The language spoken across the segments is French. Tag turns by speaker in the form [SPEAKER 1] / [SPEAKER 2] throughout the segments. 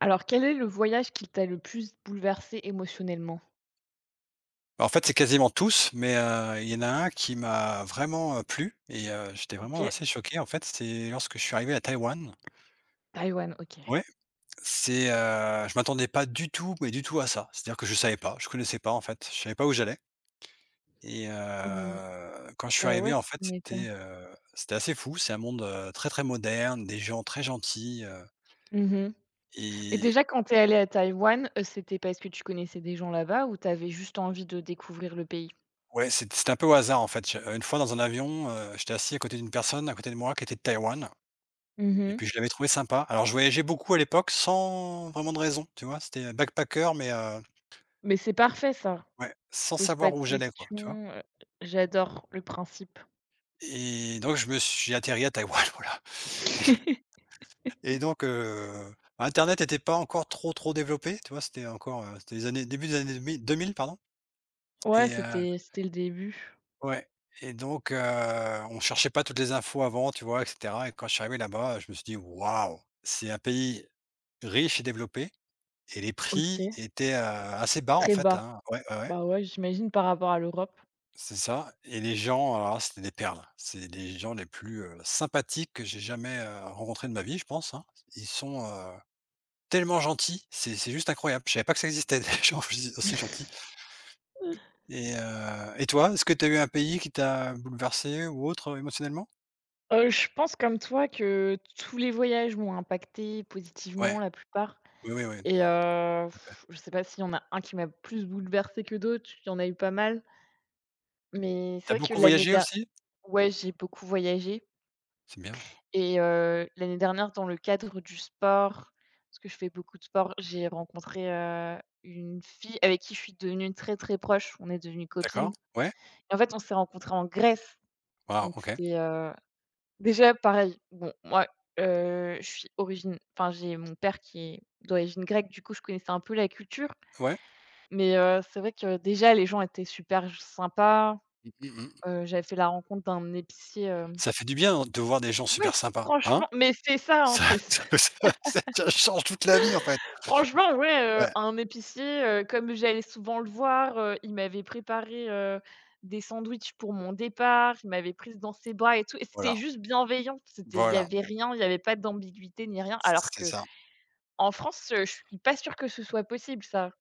[SPEAKER 1] Alors, quel est le voyage qui t'a le plus bouleversé émotionnellement?
[SPEAKER 2] En fait, c'est quasiment tous, mais il y en a un qui m'a vraiment, plu et j'étais vraiment
[SPEAKER 1] OK.
[SPEAKER 2] assez choqué, en fait, c'est lorsque je suis arrivé à Taïwan.
[SPEAKER 1] Taïwan, OK.
[SPEAKER 2] Ouais, je m'attendais pas du tout, mais du tout à ça. C'est-à-dire que je savais pas, je connaissais pas, en fait, je savais pas où j'allais et
[SPEAKER 1] Mmh,
[SPEAKER 2] quand je suis
[SPEAKER 1] bah,
[SPEAKER 2] arrivé,
[SPEAKER 1] ouais,
[SPEAKER 2] en fait,
[SPEAKER 1] tu m'étonnes.
[SPEAKER 2] c'était assez fou. C'est un monde, très, très moderne, des gens très gentils.
[SPEAKER 1] Mmh et
[SPEAKER 2] Et
[SPEAKER 1] déjà quand t'es allée à Taïwan, c'était parce que tu connaissais des gens là-bas ou t'avais juste envie de découvrir le pays?
[SPEAKER 2] ouais, c'était un peu au hasard, en fait. Je Une fois dans un avion, j'étais assis à côté d'une personne à côté de moi qui était de Taïwan. Et
[SPEAKER 1] Mmh.
[SPEAKER 2] puis je l'avais trouvé sympa. Alors je voyageais beaucoup à l'époque sans vraiment de raison, tu vois? C'était backpacker, mais
[SPEAKER 1] Mais c'est parfait ça,
[SPEAKER 2] ouais, sans
[SPEAKER 1] pose pas
[SPEAKER 2] savoir
[SPEAKER 1] de
[SPEAKER 2] où j'allais quoi, tu vois?
[SPEAKER 1] questions, j'adore le principe.
[SPEAKER 2] Et donc je me suis j'ai atterri à Taïwan, voilà. Et et donc, internet n'était pas encore trop, trop développé, tu vois? C'était les années début des années 2000. 2000, pardon.
[SPEAKER 1] Ouais,
[SPEAKER 2] Et
[SPEAKER 1] c'était le début.
[SPEAKER 2] ouais. Et donc, on cherchait pas toutes les infos avant, tu vois? Et cetera. Et quand je suis arrivé là-bas, je me suis dit: «Waouh! C'est un pays riche et développé». Et les prix
[SPEAKER 1] OK.
[SPEAKER 2] étaient, assez bas en
[SPEAKER 1] Très
[SPEAKER 2] fait,
[SPEAKER 1] bas.
[SPEAKER 2] hein. Ouais, ouais, ouais,
[SPEAKER 1] Bah, ouais, j'imagine par rapport à l'Europe.
[SPEAKER 2] c'est ça. Et les gens, alors là, c'était des perles. C'est les gens les plus, sympathiques que j'ai jamais, rencontrés de ma vie, je pense, hein. Ils sont, tellement gentils. C'est juste incroyable. Je savais pas que ça existait des gens aussi gentils. Et toi, est-ce que tu as eu un pays qui t'a bouleversé ou autre, émotionnellement?
[SPEAKER 1] Je pense comme toi que tous les voyages m'ont impactée positivement
[SPEAKER 2] Ouais,
[SPEAKER 1] la plupart
[SPEAKER 2] oui, oui,
[SPEAKER 1] et
[SPEAKER 2] oui.
[SPEAKER 1] je sais pas s'il y en a un qui m'a plus bouleversée que d'autres, il y en a eu pas mal, mais
[SPEAKER 2] Tu
[SPEAKER 1] c'est
[SPEAKER 2] as
[SPEAKER 1] vrai que
[SPEAKER 2] beaucoup
[SPEAKER 1] l'année
[SPEAKER 2] voyagé
[SPEAKER 1] dernière,
[SPEAKER 2] aussi?
[SPEAKER 1] ouais, j'ai beaucoup voyagé
[SPEAKER 2] C'est bien,
[SPEAKER 1] et l'année dernière dans le cadre du sport, parce que je fais beaucoup de sport, j'ai rencontré, une fille avec qui je suis devenue très, très proche, on est devenues copines
[SPEAKER 2] d'accord. Ouais,
[SPEAKER 1] et en fait, on s'est rencontrés en Grèce,
[SPEAKER 2] waouh,
[SPEAKER 1] donc
[SPEAKER 2] OK.
[SPEAKER 1] c'était. Déjà, pareil, bon, moi, je suis origine enfin, j'ai mon père qui est d'origine grecque, du coup, je connaissais un peu la culture,
[SPEAKER 2] Ouais.
[SPEAKER 1] mais c'est vrai que, déjà, les gens étaient super sympas.
[SPEAKER 2] Mmh mh, mmh.
[SPEAKER 1] J'avais fait la rencontre d'un épicier, hem
[SPEAKER 2] Ça fait du bien de voir des gens
[SPEAKER 1] ouais,
[SPEAKER 2] super sympas, hein?
[SPEAKER 1] franchement, mais c'est ça, hein,
[SPEAKER 2] Ça
[SPEAKER 1] c'est ça.
[SPEAKER 2] ça ça change toute la vie, en fait.
[SPEAKER 1] Franchement, ouais,
[SPEAKER 2] Ouais,
[SPEAKER 1] un épicier, comme j'allais souvent le voir, il m'avait préparé, des sandwichs pour mon départ, il m'avait prise dans ses bras et tout et c'était
[SPEAKER 2] voilà,
[SPEAKER 1] juste bienveillant. C'était, il y
[SPEAKER 2] voilà,
[SPEAKER 1] avait rien, il y avait pas d'ambiguïté ni rien alors
[SPEAKER 2] c'est
[SPEAKER 1] que
[SPEAKER 2] ça.
[SPEAKER 1] En France, je suis pas sûre que ce soit possible ça.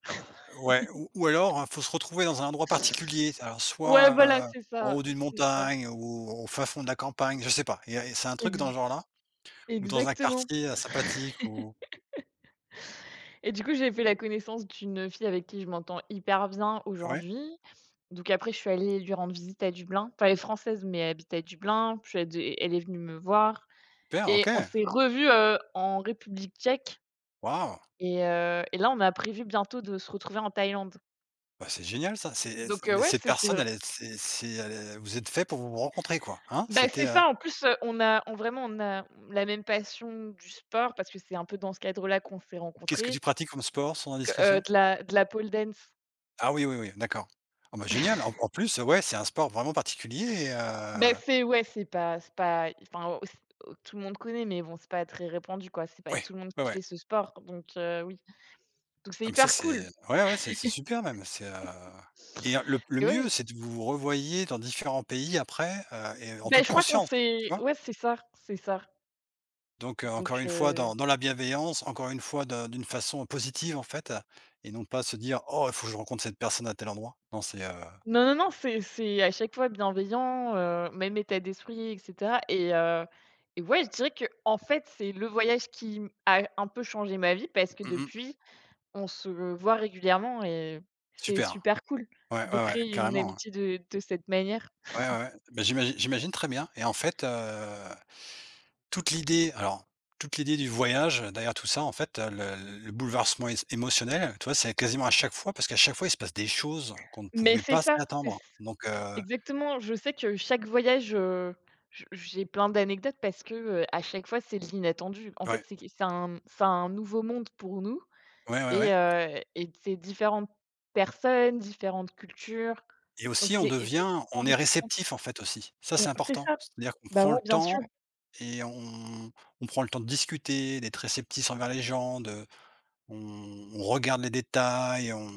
[SPEAKER 2] Ouais, ou alors, faut se retrouver dans un endroit particulier. Alors
[SPEAKER 1] Ouais,
[SPEAKER 2] soit,
[SPEAKER 1] voilà, c'est
[SPEAKER 2] en
[SPEAKER 1] ça,
[SPEAKER 2] haut d'une
[SPEAKER 1] c'est ça.
[SPEAKER 2] montagne ou au fin fond de la campagne, je sais pas. Il y a C'est un truc dans ce
[SPEAKER 1] Ex
[SPEAKER 2] genre-là? Ou dans un
[SPEAKER 1] exactement
[SPEAKER 2] quartier, sympathique ou
[SPEAKER 1] et du coup, j'ai fait la connaissance d'une fille avec qui je m'entends hyper bien
[SPEAKER 2] ouais?
[SPEAKER 1] aujourd'hui. Donc après, je suis allée lui rendre visite à Dublin. Enfin, elle est française, mais elle habite à Dublin, puis elle est venue me voir
[SPEAKER 2] Super,
[SPEAKER 1] et on
[SPEAKER 2] OK.
[SPEAKER 1] s'est revus, en République tchèque
[SPEAKER 2] Waouh!
[SPEAKER 1] et là, on a prévu bientôt de se retrouver en Thaïlande.
[SPEAKER 2] Bah, c'est génial ça. C'est
[SPEAKER 1] Donc
[SPEAKER 2] Mais
[SPEAKER 1] ouais,
[SPEAKER 2] cette
[SPEAKER 1] c'est
[SPEAKER 2] personne, elle est c'est elle est vous êtes fait pour vous rencontrer, quoi, hein?
[SPEAKER 1] Bah, c'est ça, en plus, on a la même passion du sport parce que c'est un peu dans ce cadre-là qu'on s'est
[SPEAKER 2] Qu'est-ce que tu
[SPEAKER 1] rencontrés,
[SPEAKER 2] pratiques comme sport, sans
[SPEAKER 1] que,
[SPEAKER 2] indiscrétion?
[SPEAKER 1] de la pole dance.
[SPEAKER 2] Ah oui, oui, oui, d'accord. Ah bah, génial. En plus, ouais, c'est un sport vraiment particulier. Et
[SPEAKER 1] Bah, c'est pas enfin, c tout le monde connaît, mais bon, c'est pas très répandu, quoi. C'est pas
[SPEAKER 2] ouais,
[SPEAKER 1] tout le monde
[SPEAKER 2] ouais,
[SPEAKER 1] qui
[SPEAKER 2] ouais.
[SPEAKER 1] fait ce sport, donc oui, donc c'est
[SPEAKER 2] Ah mais ça,
[SPEAKER 1] hyper cool.
[SPEAKER 2] c'est ouais, ouais, c'est super même, et le
[SPEAKER 1] Et ouais,
[SPEAKER 2] mieux,
[SPEAKER 1] j
[SPEAKER 2] c'est de vous vous revoyiez dans différents pays après. Et en
[SPEAKER 1] bah,
[SPEAKER 2] toute
[SPEAKER 1] je crois qu'on
[SPEAKER 2] conscience,
[SPEAKER 1] s'est
[SPEAKER 2] tu vois?
[SPEAKER 1] ouais, c'est ça,
[SPEAKER 2] Donc, encore
[SPEAKER 1] donc
[SPEAKER 2] une fois,
[SPEAKER 1] heu
[SPEAKER 2] dans la bienveillance, encore une fois, de d'une façon positive, en fait, et non pas se dire: «Oh, il faut que je rencontre cette personne à tel endroit». Non,
[SPEAKER 1] Non, non, non, c'est à chaque fois bienveillant, même état d'esprit et cetera et ouais, je dirais que en fait, c'est le voyage qui m a un peu changé ma vie parce que
[SPEAKER 2] mmh mh.
[SPEAKER 1] depuis, on se voit régulièrement et c'est
[SPEAKER 2] Super.
[SPEAKER 1] super cool
[SPEAKER 2] Ouais,
[SPEAKER 1] de
[SPEAKER 2] ouais, ouais,
[SPEAKER 1] créer une
[SPEAKER 2] carrément, ouais.
[SPEAKER 1] amitié de cette manière.
[SPEAKER 2] Ouais, ouais, ouais. Bah, j'imagine très bien. Et en fait, Toute l'idée alors, toute l'idée du voyage, derrière tout ça, en fait, le bouleversement és émotionnel, tu vois, c'est quasiment à chaque fois, parce qu'à chaque fois, il se passe des choses qu'on ne
[SPEAKER 1] Mais
[SPEAKER 2] pouvait
[SPEAKER 1] c'est
[SPEAKER 2] pas
[SPEAKER 1] ça, c'est ç
[SPEAKER 2] s'attendre. Donc,
[SPEAKER 1] exactement, je sais que chaque voyage, je j'ai plein d'anecdotes parce que, à chaque fois, c'est de l'inattendu. En fait,
[SPEAKER 2] ouais,
[SPEAKER 1] c'est un nouveau monde pour nous.
[SPEAKER 2] ouais, ouais, ouais.
[SPEAKER 1] Et c'est différentes personnes, différentes cultures,
[SPEAKER 2] Et
[SPEAKER 1] donc
[SPEAKER 2] aussi
[SPEAKER 1] c'est
[SPEAKER 2] on est
[SPEAKER 1] enrichissant.
[SPEAKER 2] réceptif, en fait, aussi. Ça,
[SPEAKER 1] Mmh,
[SPEAKER 2] c'est
[SPEAKER 1] c'est
[SPEAKER 2] important.
[SPEAKER 1] ça.
[SPEAKER 2] C'est-à-dire qu'on
[SPEAKER 1] Bah,
[SPEAKER 2] prend le
[SPEAKER 1] ouais, bien sûr,
[SPEAKER 2] temps et on prend le temps de discuter, d'être réceptif envers les gens, de on on regarde les détails, on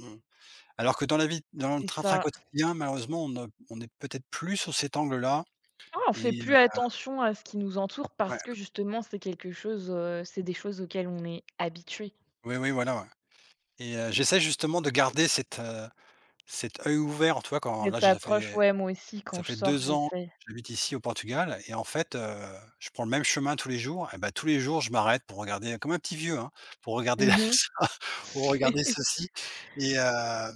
[SPEAKER 2] alors que dans la vie, dans le
[SPEAKER 1] c'est
[SPEAKER 2] train-train
[SPEAKER 1] ça.
[SPEAKER 2] quotidien, malheureusement, on ne on est peut-être plus sur cet angle-là.
[SPEAKER 1] Ah, on fait
[SPEAKER 2] Et
[SPEAKER 1] plus attention à ce qui nous entoure
[SPEAKER 2] ouais.
[SPEAKER 1] parce que justement c'est quelque chose, c'est des choses auxquelles on est habitué.
[SPEAKER 2] Oui, oui, voilà, ouais. Et j'essaie justement de garder cet œil ouvert, tu vois? Quand là,
[SPEAKER 1] Cette approche, ouais, moi aussi
[SPEAKER 2] ça
[SPEAKER 1] quand je
[SPEAKER 2] fait
[SPEAKER 1] sors,
[SPEAKER 2] 2 ans
[SPEAKER 1] j'essaie.
[SPEAKER 2] que j'habite ici au Portugal. Et en fait, je prends le même chemin tous les jours et ben tous les jours, je m'arrête pour regarder comme un petit vieux, hein, pour regarder
[SPEAKER 1] Mmh.
[SPEAKER 2] ça, pour regarder ceci. et heu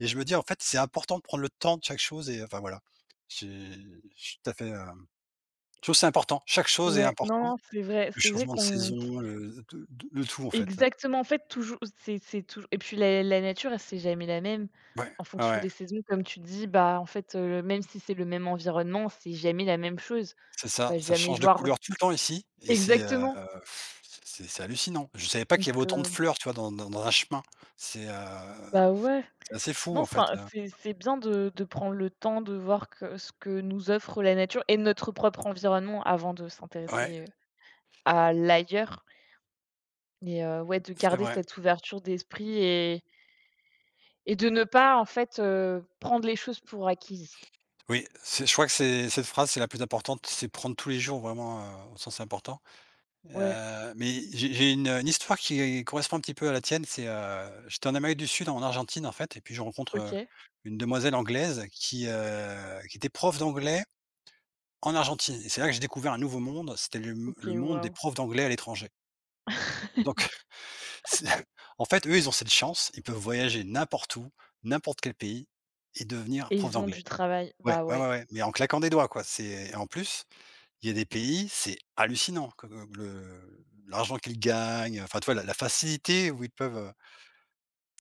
[SPEAKER 2] et je me dis: «En fait, c'est important de prendre le temps de chaque chose», et enfin, voilà. J'ai Je suis tout à fait, je trouve que c'est important. Chaque chose est
[SPEAKER 1] Ouais, non,
[SPEAKER 2] importante.
[SPEAKER 1] non,
[SPEAKER 2] Le
[SPEAKER 1] c'est vrai
[SPEAKER 2] changement de
[SPEAKER 1] qu'on.
[SPEAKER 2] saison, le tout, en fait.
[SPEAKER 1] Exactement, en fait, toujours c'est tou et puis la nature, elle, c'est jamais la même.
[SPEAKER 2] Ouais,
[SPEAKER 1] En
[SPEAKER 2] ouais,
[SPEAKER 1] fonction
[SPEAKER 2] ouais.
[SPEAKER 1] des saisons, comme tu dis, bah, en fait, même si c'est le même environnement, c'est jamais la même chose.
[SPEAKER 2] C'est
[SPEAKER 1] On
[SPEAKER 2] ça,
[SPEAKER 1] va
[SPEAKER 2] ça
[SPEAKER 1] jamais
[SPEAKER 2] change de
[SPEAKER 1] voir
[SPEAKER 2] couleur tout le temps ici. Et
[SPEAKER 1] exactement,
[SPEAKER 2] c'est hallucinant. Je savais pas
[SPEAKER 1] donc
[SPEAKER 2] qu'il y avait autant de fleurs, tu vois, dans un chemin. C'est, heu,
[SPEAKER 1] bah, ouais.
[SPEAKER 2] c'est assez fou
[SPEAKER 1] Non,
[SPEAKER 2] en
[SPEAKER 1] c'est
[SPEAKER 2] fait.
[SPEAKER 1] un c'est bien de prendre le temps de voir que ce que nous offre la nature et notre propre environnement avant de
[SPEAKER 2] Ouais,
[SPEAKER 1] s'intéresser, à l'ailleurs, mais ouais, de
[SPEAKER 2] c'est
[SPEAKER 1] garder
[SPEAKER 2] vrai.
[SPEAKER 1] cette ouverture d'esprit et de ne pas, en fait, prendre les choses pour acquises.
[SPEAKER 2] Oui, c'est je crois que c'est cette phrase, c'est la plus importante. C'est prendre tous les jours vraiment, au sens important.
[SPEAKER 1] Ouais.
[SPEAKER 2] Mais j'ai une histoire qui correspond un petit peu à la tienne. J'étais en Amérique du Sud, en Argentine en fait. Et puis je rencontre,
[SPEAKER 1] OK,
[SPEAKER 2] une demoiselle anglaise qui était prof d'anglais en Argentine. Et c'est là que j'ai découvert un nouveau monde, c'était le
[SPEAKER 1] OK,
[SPEAKER 2] monde des
[SPEAKER 1] waouh
[SPEAKER 2] profs d'anglais à l'étranger. Donc c'est en fait, eux, ils ont cette chance, ils peuvent voyager n'importe où, n'importe quel pays et devenir
[SPEAKER 1] et
[SPEAKER 2] prof
[SPEAKER 1] ils ont
[SPEAKER 2] d'anglais.
[SPEAKER 1] du travail.
[SPEAKER 2] Ouais,
[SPEAKER 1] Bah,
[SPEAKER 2] ouais,
[SPEAKER 1] ouais,
[SPEAKER 2] ouais, ouais, mais en claquant des doigts, quoi. C'est Et en plus, il y a des pays, c'est hallucinant que le l'argent qu'ils gagnent, enfin, tu vois, la facilité où ils peuvent,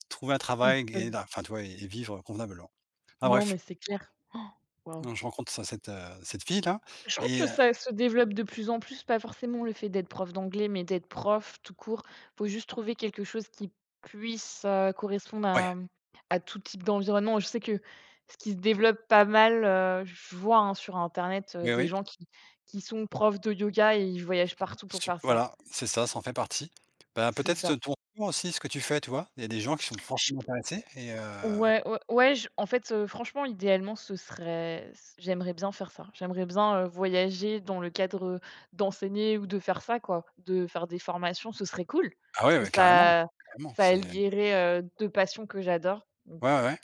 [SPEAKER 2] trouver un
[SPEAKER 1] ils
[SPEAKER 2] travail, gagner de
[SPEAKER 1] peuvent
[SPEAKER 2] l'ar enfin, tu vois? Et vivre convenablement. Enfin
[SPEAKER 1] non,
[SPEAKER 2] bref,
[SPEAKER 1] mais c'est clair. Oh. Waouh.
[SPEAKER 2] donc je rencontre ce cette fille là.
[SPEAKER 1] Je crois que
[SPEAKER 2] Et
[SPEAKER 1] ça se développe de plus en plus, pas forcément le fait d'être prof d'anglais, mais d'être prof tout court. Faut juste trouver quelque chose qui puisse, correspondre
[SPEAKER 2] ouais,
[SPEAKER 1] à tout type d'environnement. Je sais que ce qui se développe pas mal, je vois, hein, sur internet,
[SPEAKER 2] oui,
[SPEAKER 1] des
[SPEAKER 2] oui.
[SPEAKER 1] gens qui sont profs de yoga et ils voyagent partout pour
[SPEAKER 2] Sup
[SPEAKER 1] faire ça.
[SPEAKER 2] Voilà, c'est ça, ça en fait partie. Ben
[SPEAKER 1] C'est
[SPEAKER 2] peut-être te
[SPEAKER 1] ça.
[SPEAKER 2] ton retour aussi, ce que tu fais, tu vois? Il y a des gens qui sont
[SPEAKER 1] Je
[SPEAKER 2] forcément intéressés. Et
[SPEAKER 1] Ouais, ouais, ouais, je en fait, franchement, idéalement, ce serait c j'aimerais bien faire ça. J'aimerais bien, voyager dans le cadre d'enseigner ou de faire ça, quoi, de faire des formations, ce serait cool.
[SPEAKER 2] ah
[SPEAKER 1] Parce
[SPEAKER 2] ouais,
[SPEAKER 1] que
[SPEAKER 2] ouais, carrément,
[SPEAKER 1] ça
[SPEAKER 2] carrément,
[SPEAKER 1] ça
[SPEAKER 2] c'est ouais,
[SPEAKER 1] lierait, 2 passions que j'adore. Donc,
[SPEAKER 2] ouais, ouais.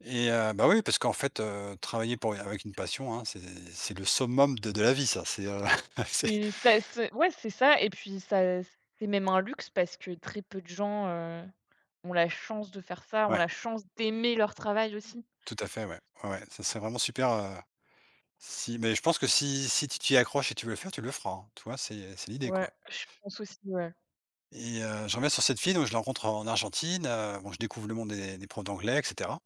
[SPEAKER 2] Et bah, oui, parce qu'en fait, travailler pour avec une passion, hein, c'est le summum de la vie ça. C'est
[SPEAKER 1] c'est ça et puis ça c'est même un luxe parce que très peu de gens, ont la chance de faire ça, ont
[SPEAKER 2] ouais,
[SPEAKER 1] la chance d'aimer leur travail aussi.
[SPEAKER 2] tout à fait, ouais, ouais, ouais, ça serait vraiment super, si mais je pense que si tu t'y accroches et tu veux le faire, tu le feras, hein, tu vois? C'est l'idée,
[SPEAKER 1] Ouais,
[SPEAKER 2] quoi.
[SPEAKER 1] je pense aussi, ouais.
[SPEAKER 2] Et je reviens sur cette fille, donc je la rencontre en Argentine, bon je découvre le monde des profs d'anglais etc.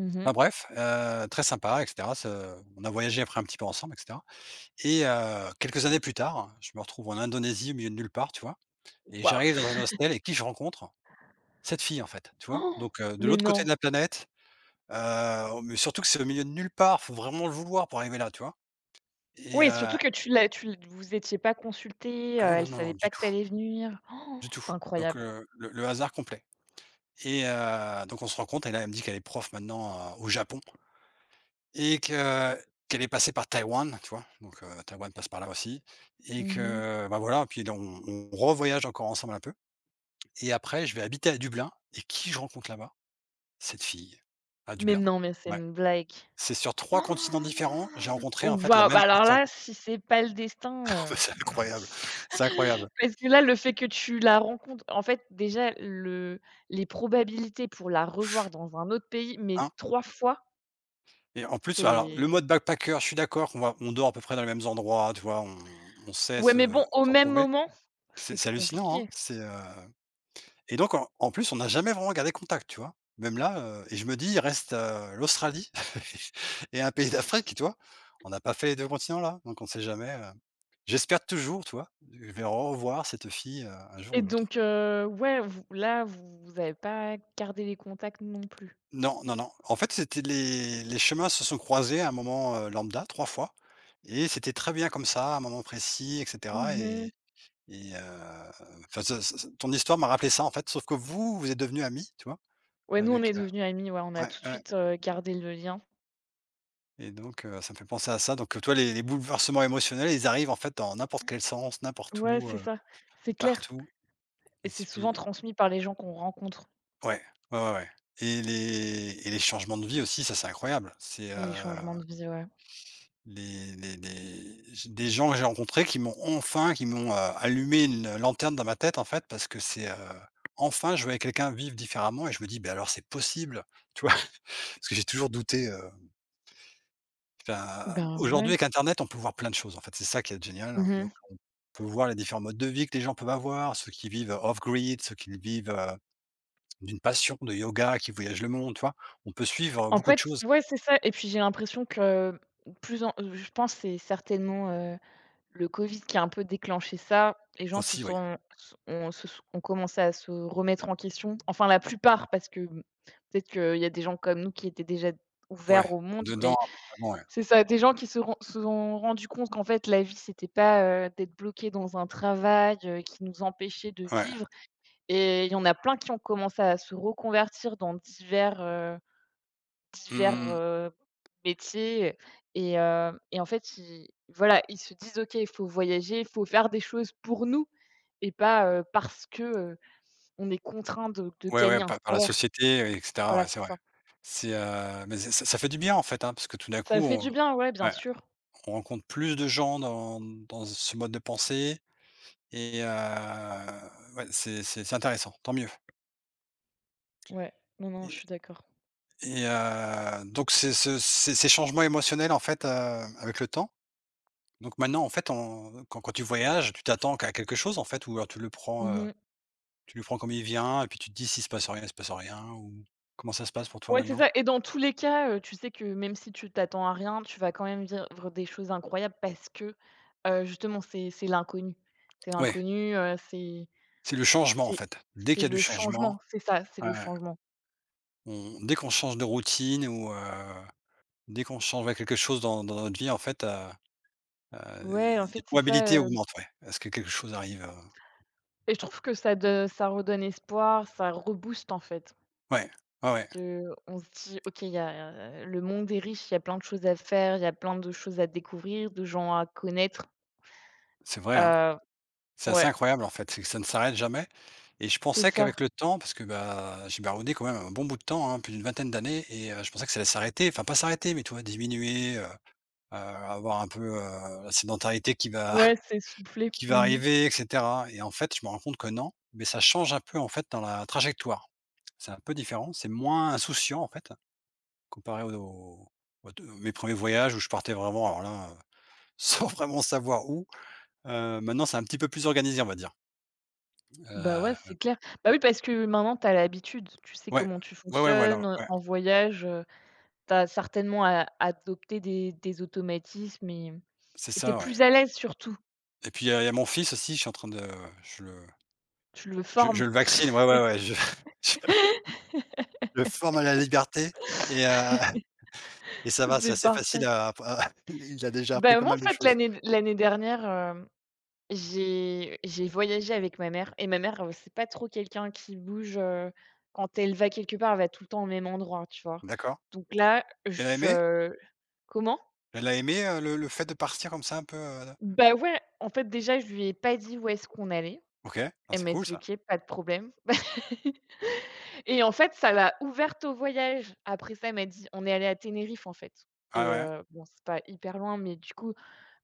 [SPEAKER 1] Mmh mh.
[SPEAKER 2] Enfin bref, très sympa et cetera. Ce On a voyagé après un petit peu ensemble et cetera. Et quelques années plus tard, je me retrouve en Indonésie, au milieu de nulle part, tu vois? Et
[SPEAKER 1] Waouh!
[SPEAKER 2] j'arrive dans un hostel et qui je rencontre? Cette fille, en fait, tu vois?
[SPEAKER 1] Oh.
[SPEAKER 2] Donc, de
[SPEAKER 1] Mais
[SPEAKER 2] l'autre côté
[SPEAKER 1] non!
[SPEAKER 2] de la planète, mais surtout que c'est au milieu de nulle part, faut vraiment le vouloir pour arriver là, tu vois? Et
[SPEAKER 1] Oui, surtout que tu l'as tu l vous étiez pas consultés,
[SPEAKER 2] ah non,
[SPEAKER 1] elle
[SPEAKER 2] non, non,
[SPEAKER 1] savait
[SPEAKER 2] non,
[SPEAKER 1] pas
[SPEAKER 2] du
[SPEAKER 1] que
[SPEAKER 2] tout,
[SPEAKER 1] t'allais allais venir. Oh,
[SPEAKER 2] du tout.
[SPEAKER 1] c'est
[SPEAKER 2] Donc,
[SPEAKER 1] incroyable.
[SPEAKER 2] le hasard complet. Et donc on se rencontre et là, elle me dit qu'elle est prof maintenant, au Japon. Et que Qu'elle est passée par Taïwan, tu vois? Donc, Taïwan passe par là aussi. Et
[SPEAKER 1] Mmh.
[SPEAKER 2] que, bah, voilà, puis là, on revoyage encore ensemble un peu. Et après je vais habiter à Dublin et qui je rencontre là-bas? Cette fille, à
[SPEAKER 1] Mais
[SPEAKER 2] Dublin.
[SPEAKER 1] non, mais c'est
[SPEAKER 2] Ouais.
[SPEAKER 1] une blague.
[SPEAKER 2] C'est sur
[SPEAKER 1] Oh.
[SPEAKER 2] trois continents différents, j'ai rencontré, en
[SPEAKER 1] Waouh!
[SPEAKER 2] fait, la
[SPEAKER 1] Bah,
[SPEAKER 2] même
[SPEAKER 1] alors
[SPEAKER 2] personne.
[SPEAKER 1] là, si c'est pas le destin,
[SPEAKER 2] C'est
[SPEAKER 1] heu.
[SPEAKER 2] incroyable, c'est incroyable,
[SPEAKER 1] Parce que là, le fait que tu la rencontres en fait, déjà le les probabilités pour la revoir dans un autre pays, mais
[SPEAKER 2] hein?
[SPEAKER 1] 3 fois,
[SPEAKER 2] Et en plus, alors le
[SPEAKER 1] c'est
[SPEAKER 2] mode backpacker, je suis d'accord qu'on va on dort à peu près dans les mêmes endroits, tu vois? On sait
[SPEAKER 1] ouais,
[SPEAKER 2] se
[SPEAKER 1] mais bon, au
[SPEAKER 2] se
[SPEAKER 1] même
[SPEAKER 2] retrouver.
[SPEAKER 1] moment,
[SPEAKER 2] C'est
[SPEAKER 1] c'est
[SPEAKER 2] c'est hallucinant, hein?
[SPEAKER 1] compliqué
[SPEAKER 2] Et donc en plus, on n'a jamais vraiment gardé contact, tu vois? Même là, et je me dis: «Il reste, l'Australie et un pays d'Afrique», tu vois? On n'a pas fait les 2 continents là, donc on ne sait jamais. J'espère toujours, tu vois? Je vais revoir cette fille, un jour
[SPEAKER 1] et
[SPEAKER 2] ou l'autre.
[SPEAKER 1] donc ouais, vous là, vous vous avez pas gardé les contacts non plus?
[SPEAKER 2] Non, non, non. En fait, c'était les chemins se sont croisés à un moment, lambda 3 fois. Et c'était très bien comme ça, à un moment précis et cetera.
[SPEAKER 1] Mmh.
[SPEAKER 2] Et heu, enfin ce ce ton histoire m'a rappelé ça, en fait, sauf que vous, vous êtes devenus amis, tu vois?
[SPEAKER 1] Ouais, nous, on
[SPEAKER 2] Avec,
[SPEAKER 1] est devenus amis, ouais, on a
[SPEAKER 2] ouais,
[SPEAKER 1] tout de
[SPEAKER 2] ouais.
[SPEAKER 1] suite, gardé le lien.
[SPEAKER 2] Et donc, ça me fait penser à ça, donc, toi, les bouleversements émotionnels, ils arrivent, en fait, dans n'importe quel sens, n'importe
[SPEAKER 1] Ouais,
[SPEAKER 2] où,
[SPEAKER 1] c'est ça, c'est clair
[SPEAKER 2] partout.
[SPEAKER 1] et
[SPEAKER 2] Ils
[SPEAKER 1] c'est
[SPEAKER 2] se pi
[SPEAKER 1] souvent transmis par les gens qu'on rencontre,
[SPEAKER 2] Ouais, ouais, ouais, ouais. Et les changements de vie aussi, ça, c'est incroyable. C'est,
[SPEAKER 1] les changements de vie, ouais.
[SPEAKER 2] les j des gens que j'ai rencontrés qui m'ont enfin qui m'ont, allumé une lanterne dans ma tête, en fait, parce que c'est, enfin, je voyais quelqu'un vivre différemment et je me dis: ben alors c'est possible», tu vois? Parce que j'ai toujours douté, Enfin,
[SPEAKER 1] Ben,
[SPEAKER 2] aujourd'hui
[SPEAKER 1] ouais.
[SPEAKER 2] avec internet, on peut voir plein de choses en fait, c'est ça qui est génial,
[SPEAKER 1] Mmh.
[SPEAKER 2] donc on peut voir les différents modes de vie que les gens peuvent avoir, ceux qui vivent off-grid, ceux qui vivent, d'une passion de yoga, qui voyagent le monde, tu vois? On peut suivre,
[SPEAKER 1] En
[SPEAKER 2] beaucoup de
[SPEAKER 1] fait,
[SPEAKER 2] choses
[SPEAKER 1] ouais, c'est ça et puis j'ai l'impression que, plus en je pense que c'est certainement, le covid qui a un peu déclenché ça. Les gens se
[SPEAKER 2] aussi, oui.
[SPEAKER 1] sont s ont se s ont commencé à se remettre en question, enfin la plupart parce que, peut-être qu'il y a des gens comme nous qui étaient déjà
[SPEAKER 2] Ouais,
[SPEAKER 1] ouverts au monde,
[SPEAKER 2] dedans,
[SPEAKER 1] mais
[SPEAKER 2] vraiment, ouais,
[SPEAKER 1] c'est ça, des gens qui se sont rendus compte qu'en fait la vie c'était pas, d'être bloqué dans un travail, qui nous empêchait de
[SPEAKER 2] ouais.
[SPEAKER 1] vivre et il y en a plein qui ont commencé à se reconvertir dans divers, heu,
[SPEAKER 2] Mmh
[SPEAKER 1] divers,
[SPEAKER 2] mh, mmh.
[SPEAKER 1] heu, métiers et en fait ils voilà, ils se disent: «OK, il faut voyager, il faut faire des choses pour nous et pas, parce que, on est contraint de
[SPEAKER 2] Ouais, ouais,
[SPEAKER 1] gagner un
[SPEAKER 2] par la
[SPEAKER 1] salaire».
[SPEAKER 2] société, oui et cetera,
[SPEAKER 1] Voilà,
[SPEAKER 2] ouais,
[SPEAKER 1] c'est
[SPEAKER 2] c'est vrai.
[SPEAKER 1] ça.
[SPEAKER 2] C'est, mais c'est ça ça fait du bien en fait, hein, parce que tout d'un coup
[SPEAKER 1] Ça fait
[SPEAKER 2] on
[SPEAKER 1] du bien, ouais, bien
[SPEAKER 2] ouais,
[SPEAKER 1] sûr.
[SPEAKER 2] on rencontre plus de gens dans ce mode de pensée et ouais, c'est intéressant, tant mieux.
[SPEAKER 1] Ouais. Non, non, je suis d'accord.
[SPEAKER 2] Et donc c'est ce ces ces changements émotionnels en fait, avec le temps, donc maintenant en fait on quand tu voyages, tu t'attends à quelque chose en fait ou alors
[SPEAKER 1] Mmh.
[SPEAKER 2] tu le prends comme il vient et puis tu te dis: «S'il se passe rien, il se passe rien», ou comment ça se passe pour toi
[SPEAKER 1] Ouais, c'est
[SPEAKER 2] maintenant?
[SPEAKER 1] ça et dans tous les cas, tu sais que même si tu t'attends à rien, tu vas quand même vivre des choses incroyables parce que, justement, c'est l'inconnu. C'est
[SPEAKER 2] Ouais,
[SPEAKER 1] l'inconnu,
[SPEAKER 2] c'est le changement en
[SPEAKER 1] c'est
[SPEAKER 2] fait. Dès
[SPEAKER 1] c'est
[SPEAKER 2] qu'il y a du
[SPEAKER 1] le
[SPEAKER 2] changement,
[SPEAKER 1] changement, c'est ça, c'est
[SPEAKER 2] ouais,
[SPEAKER 1] le
[SPEAKER 2] ouais,
[SPEAKER 1] changement.
[SPEAKER 2] on dès qu'on change de routine ou dès qu'on change ouais quelque chose dans notre vie en fait, heu,
[SPEAKER 1] Ouais, en
[SPEAKER 2] les
[SPEAKER 1] fait, c'est
[SPEAKER 2] probabilités
[SPEAKER 1] ça, heu
[SPEAKER 2] augmentent, ouais, à ce que quelque chose arrive,
[SPEAKER 1] Et je trouve que ça redonne espoir, ça rebooste, en fait.
[SPEAKER 2] ouais, ouais, ouais,
[SPEAKER 1] Que on se dit: «OK, il y a le monde est riche, il y a plein de choses à faire, il y a plein de choses à découvrir, de gens à connaître».
[SPEAKER 2] c'est vrai, hein.
[SPEAKER 1] Heu,
[SPEAKER 2] C'est assez
[SPEAKER 1] ouais,
[SPEAKER 2] incroyable en fait, c'est que ça ne s'arrête jamais et je
[SPEAKER 1] c'est
[SPEAKER 2] pensais
[SPEAKER 1] ça.
[SPEAKER 2] qu'avec le temps parce que, bah, j'ai baroudé quand même un bon bout de temps, hein, plus d'une vingtaine d'années et je pensais que ça allait s'arrêter, enfin pas s'arrêter, mais tu vois diminuer, avoir un peu, la sédentarité qui va
[SPEAKER 1] Ouais, c'est soufflé.
[SPEAKER 2] qui va arriver et cetera et en fait, je me rends compte que non, mais ça change un peu en fait dans la trajectoire. C'est un peu différent, c'est moins insouciant en fait, comparé aux mes premiers voyages où je partais vraiment alors là, sans vraiment savoir où, maintenant c'est un petit peu plus organisé on va dire,
[SPEAKER 1] Bah, ouais,
[SPEAKER 2] heu
[SPEAKER 1] c'est clair. Bah, oui, parce que maintenant tu as l'habitude, tu sais
[SPEAKER 2] Ouais,
[SPEAKER 1] comment tu
[SPEAKER 2] ouais, ouais, voilà,
[SPEAKER 1] fonctionnes,
[SPEAKER 2] ouais,
[SPEAKER 1] en voyage, tu as certainement a adopté des automatismes et
[SPEAKER 2] c'est
[SPEAKER 1] et tu es
[SPEAKER 2] ça, ouais.
[SPEAKER 1] plus à l'aise surtout,
[SPEAKER 2] Et puis, il y a mon fils aussi, je suis en train de je le
[SPEAKER 1] tu le
[SPEAKER 2] je
[SPEAKER 1] formes.
[SPEAKER 2] je le vaccine, ouais, ouais, ouais, je je le forme à la liberté et et ça va, c'est
[SPEAKER 1] C'est
[SPEAKER 2] assez facile
[SPEAKER 1] parfait.
[SPEAKER 2] à il a déjà appris
[SPEAKER 1] Bah,
[SPEAKER 2] pas
[SPEAKER 1] moi, en
[SPEAKER 2] mal de
[SPEAKER 1] fait,
[SPEAKER 2] choses.
[SPEAKER 1] l'année dernière, j'ai voyagé avec ma mère et ma mère, c'est pas trop quelqu'un qui bouge, quand elle va quelque part, elle va tout le temps au même endroit, tu vois?
[SPEAKER 2] D'accord.
[SPEAKER 1] Donc là,
[SPEAKER 2] Elle a aimé?
[SPEAKER 1] je comment?
[SPEAKER 2] Elle a aimé, le fait de partir comme ça un peu, heu.
[SPEAKER 1] Bah, ouais, en fait, déjà, je lui ai pas dit où est-ce qu'on allait.
[SPEAKER 2] OK, ah,
[SPEAKER 1] Elle
[SPEAKER 2] c'est
[SPEAKER 1] m'a
[SPEAKER 2] cool
[SPEAKER 1] dit:
[SPEAKER 2] ça.
[SPEAKER 1] «OK, pas de problème». Et en fait, ça l'a ouverte au voyage. Après ça, elle m'a dit: «On est allé à Tenerife, en fait»
[SPEAKER 2] Ah
[SPEAKER 1] et
[SPEAKER 2] ouais,
[SPEAKER 1] bon, c'est pas hyper loin, mais du coup,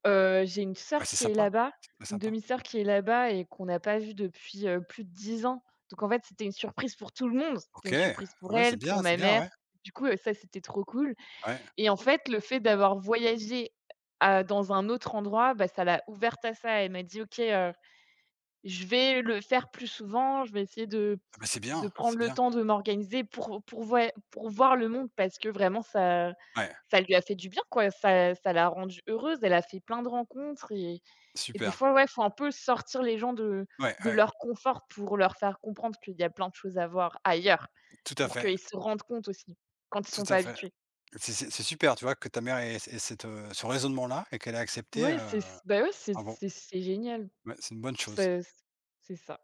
[SPEAKER 1] j'ai une
[SPEAKER 2] ouais,
[SPEAKER 1] sœur
[SPEAKER 2] c'est
[SPEAKER 1] qui est
[SPEAKER 2] sympa,
[SPEAKER 1] là-bas,
[SPEAKER 2] c'est très
[SPEAKER 1] une
[SPEAKER 2] sympa.
[SPEAKER 1] demi-sœur qui est là-bas et qu'on n'a pas vue depuis, plus de 10 ans. Donc en fait, c'était une surprise pour tout le monde. C'était
[SPEAKER 2] OK,
[SPEAKER 1] une surprise pour
[SPEAKER 2] ouais,
[SPEAKER 1] elle, pour
[SPEAKER 2] c'est
[SPEAKER 1] ma
[SPEAKER 2] bien,
[SPEAKER 1] mère.
[SPEAKER 2] ouais,
[SPEAKER 1] Du coup, ça, c'était trop cool.
[SPEAKER 2] ouais.
[SPEAKER 1] Et en fait, le fait d'avoir voyagé à dans un autre endroit, bah, ça l'a ouverte à ça. Elle m'a dit: «OK, je vais le faire plus souvent, je vais essayer
[SPEAKER 2] Ah, bah, c'est
[SPEAKER 1] de
[SPEAKER 2] bien,
[SPEAKER 1] prendre
[SPEAKER 2] c'est
[SPEAKER 1] le
[SPEAKER 2] bien.
[SPEAKER 1] temps de m'organiser pour voya pour voir le monde» parce que vraiment ça
[SPEAKER 2] Ouais,
[SPEAKER 1] ça lui a fait du bien, quoi. Ça l'a rendue heureuse, elle a fait plein de rencontres et des
[SPEAKER 2] super.
[SPEAKER 1] fois, ouais, faut un peu sortir les gens
[SPEAKER 2] Ouais,
[SPEAKER 1] de
[SPEAKER 2] ouais,
[SPEAKER 1] leur confort pour leur faire comprendre qu'il y a plein de choses à voir ailleurs,
[SPEAKER 2] tout à
[SPEAKER 1] pour
[SPEAKER 2] fait,
[SPEAKER 1] qu'ils se rendent compte aussi, quand ils
[SPEAKER 2] tout
[SPEAKER 1] sont pas
[SPEAKER 2] à fait.
[SPEAKER 1] habitués.
[SPEAKER 2] C'est super, tu vois, que ta mère ait ait cette, ce raisonnement-là et qu'elle ait accepté,
[SPEAKER 1] Ouais, c'est c bah, ouais, c'est
[SPEAKER 2] avant.
[SPEAKER 1] c'est c'est génial.
[SPEAKER 2] Ouais, c'est une bonne chose.
[SPEAKER 1] C'est c'est ça.